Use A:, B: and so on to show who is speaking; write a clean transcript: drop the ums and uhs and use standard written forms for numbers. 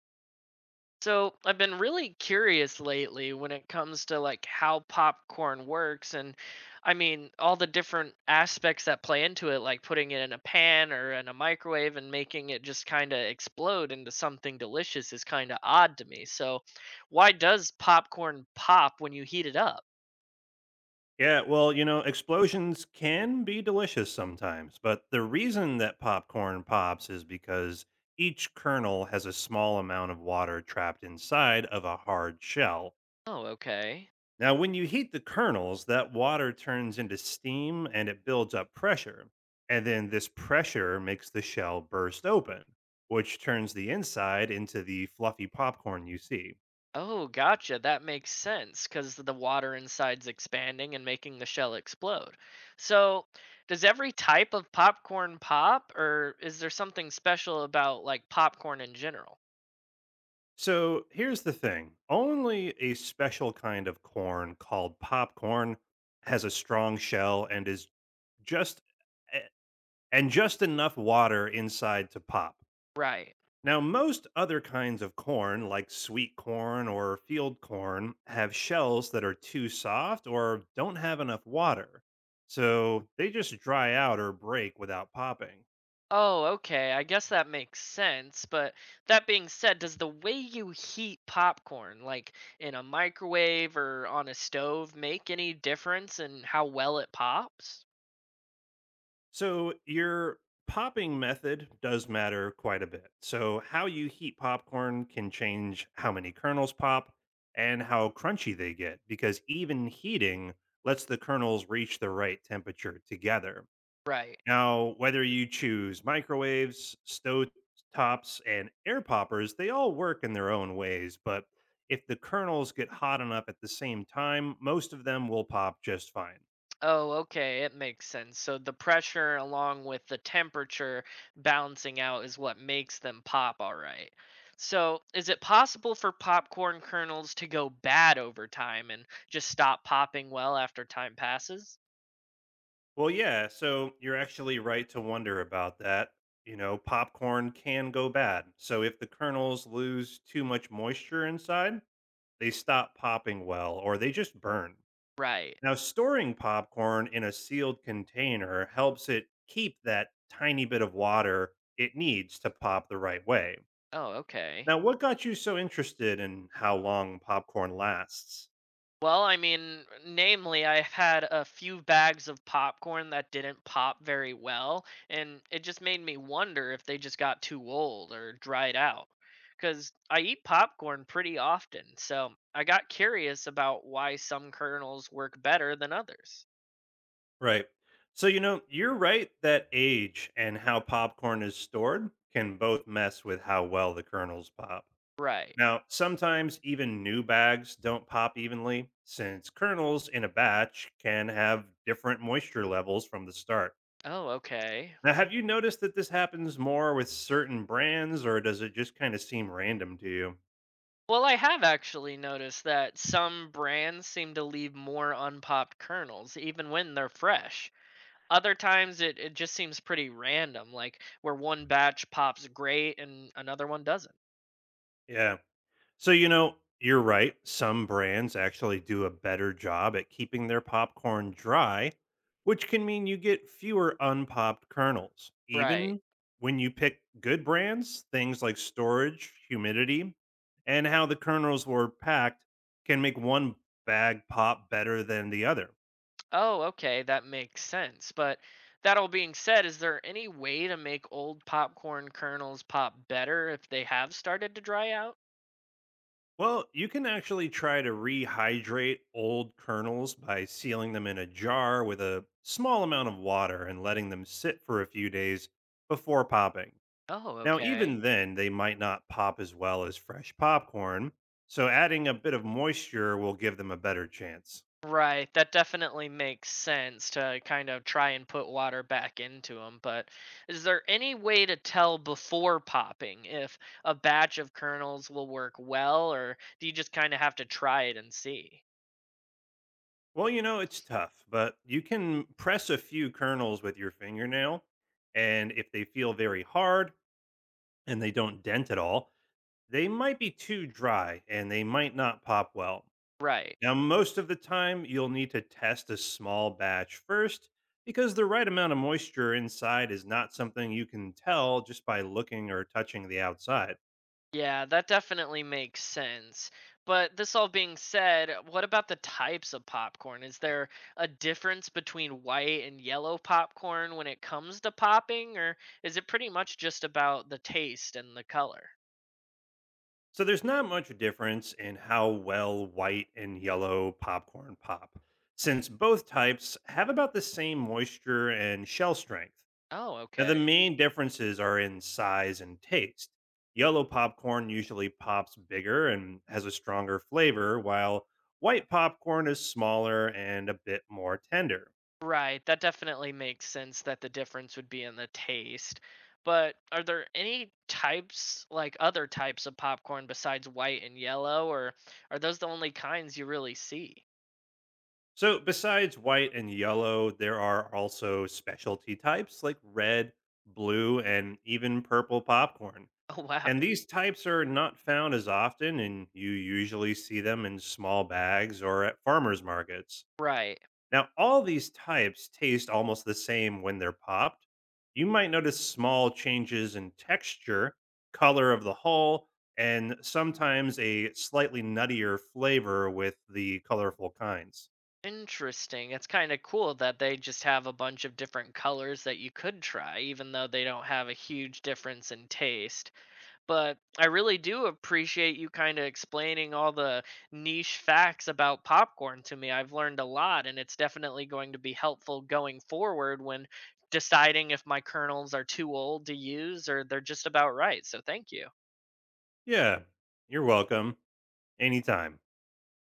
A: So I've been really curious lately when it comes to like how popcorn works, and I mean all the different aspects that play into it, like putting it in a pan or in a microwave and making it just kind of explode into something delicious is kind of odd to me. So why does popcorn pop when you heat it up?
B: Yeah, well, you know, explosions can be delicious sometimes, but the reason that popcorn pops is because each kernel has a small amount of water trapped inside of a hard shell.
A: Oh, okay.
B: Now, when you heat the kernels, that water turns into steam and it builds up pressure. And then this pressure makes the shell burst open, which turns the inside into the fluffy popcorn you see.
A: Oh, gotcha. That makes sense, because the water inside's expanding and making the shell explode. So, does every type of popcorn pop, or is there something special about like popcorn in general?
B: So here's the thing, only a special kind of corn called popcorn has a strong shell and is just a- and just enough water inside to pop.
A: Right.
B: Now most other kinds of corn like sweet corn or field corn have shells that are too soft or don't have enough water. So they just dry out or break without popping.
A: Oh, okay, I guess that makes sense. But that being said, does the way you heat popcorn, like in a microwave or on a stove, make any difference in how well it pops?
B: So your popping method does matter quite a bit. So how you heat popcorn can change how many kernels pop and how crunchy they get because even heating lets the kernels reach the right temperature together.
A: Right.
B: Now, whether you choose microwaves, stove tops, and air poppers, they all work in their own ways, but if the kernels get hot enough at the same time, most of them will pop just fine.
A: Oh, okay, it makes sense. So the pressure along with the temperature balancing out is what makes them pop, all right. So, is it possible for popcorn kernels to go bad over time and just stop popping well after time passes?
B: Well, yeah. So you're actually right to wonder about that. You know, popcorn can go bad. So if the kernels lose too much moisture inside, they stop popping well or they just burn.
A: Right.
B: Now, storing popcorn in a sealed container helps it keep that tiny bit of water it needs to pop the right way.
A: Oh, okay.
B: Now, what got you so interested in how long popcorn lasts?
A: Well, I mean, namely, I had a few bags of popcorn that didn't pop very well, and it just made me wonder if they just got too old or dried out. Because I eat popcorn pretty often, so I got curious about why some kernels work better than others.
B: Right. So, you know, you're right that age and how popcorn is stored can both mess with how well the kernels pop.
A: Right.
B: Now, sometimes even new bags don't pop evenly since kernels in a batch can have different moisture levels from the start.
A: Oh, okay.
B: Now, have you noticed that this happens more with certain brands or does it just kind of seem random to you?
A: Well, I have actually noticed that some brands seem to leave more unpopped kernels, even when they're fresh. Other times it just seems pretty random, like where one batch pops great and another one doesn't.
B: Yeah. So, you know, you're right. Some brands actually do a better job at keeping their popcorn dry, which can mean you get fewer unpopped kernels.
A: Right.
B: Even when you pick good brands, things like storage, humidity, and how the kernels were packed can make one bag pop better than the other.
A: Oh, okay, that makes sense. But that all being said, is there any way to make old popcorn kernels pop better if they have started to dry out?
B: Well, you can actually try to rehydrate old kernels by sealing them in a jar with a small amount of water and letting them sit for a few days before popping.
A: Oh,
B: Now,
A: okay.
B: even then, they might not pop as well as fresh popcorn, so adding a bit of moisture will give them a better chance.
A: Right, that definitely makes sense, to kind of try and put water back into them. But is there any way to tell before popping if a batch of kernels will work well, or do you just kind of have to try it and see?
B: Well, you know, it's tough, but you can press a few kernels with your fingernail, and if they feel very hard and they don't dent at all, they might be too dry and they might not pop well.
A: Right.
B: Now, most of the time, you'll need to test a small batch first because the right amount of moisture inside is not something you can tell just by looking or touching the outside.
A: Yeah, that definitely makes sense. But this all being said, what about the types of popcorn? Is there a difference between white and yellow popcorn when it comes to popping, or is it pretty much just about the taste and the color?
B: So, there's not much difference in how well white and yellow popcorn pop, since both types have about the same moisture and shell strength.
A: Oh,
B: Now, the
A: okay.
B: main differences are in size and taste. Yellow popcorn usually pops bigger and has a stronger flavor, while white popcorn is smaller and a bit more tender.
A: Right. That definitely makes sense, that the difference would be in the taste. But are there any types, like other types of popcorn besides white and yellow, or are those the only kinds you really see?
B: So, besides white and yellow, there are also specialty types like red, blue, and even purple popcorn.
A: Oh, wow.
B: And these types are not found as often, and you usually see them in small bags or at farmers markets.
A: Right.
B: Now, all these types taste almost the same when they're popped. You might notice small changes in texture, color of the hull, and sometimes a slightly nuttier flavor with the colorful kinds.
A: Interesting. It's kind of cool that they just have a bunch of different colors that you could try, even though they don't have a huge difference in taste. But I really do appreciate you kind of explaining all the niche facts about popcorn to me. I've learned a lot, and it's definitely going to be helpful going forward when deciding if my kernels are too old to use or they're just about right. So, thank you.
B: Yeah, you're welcome. Anytime.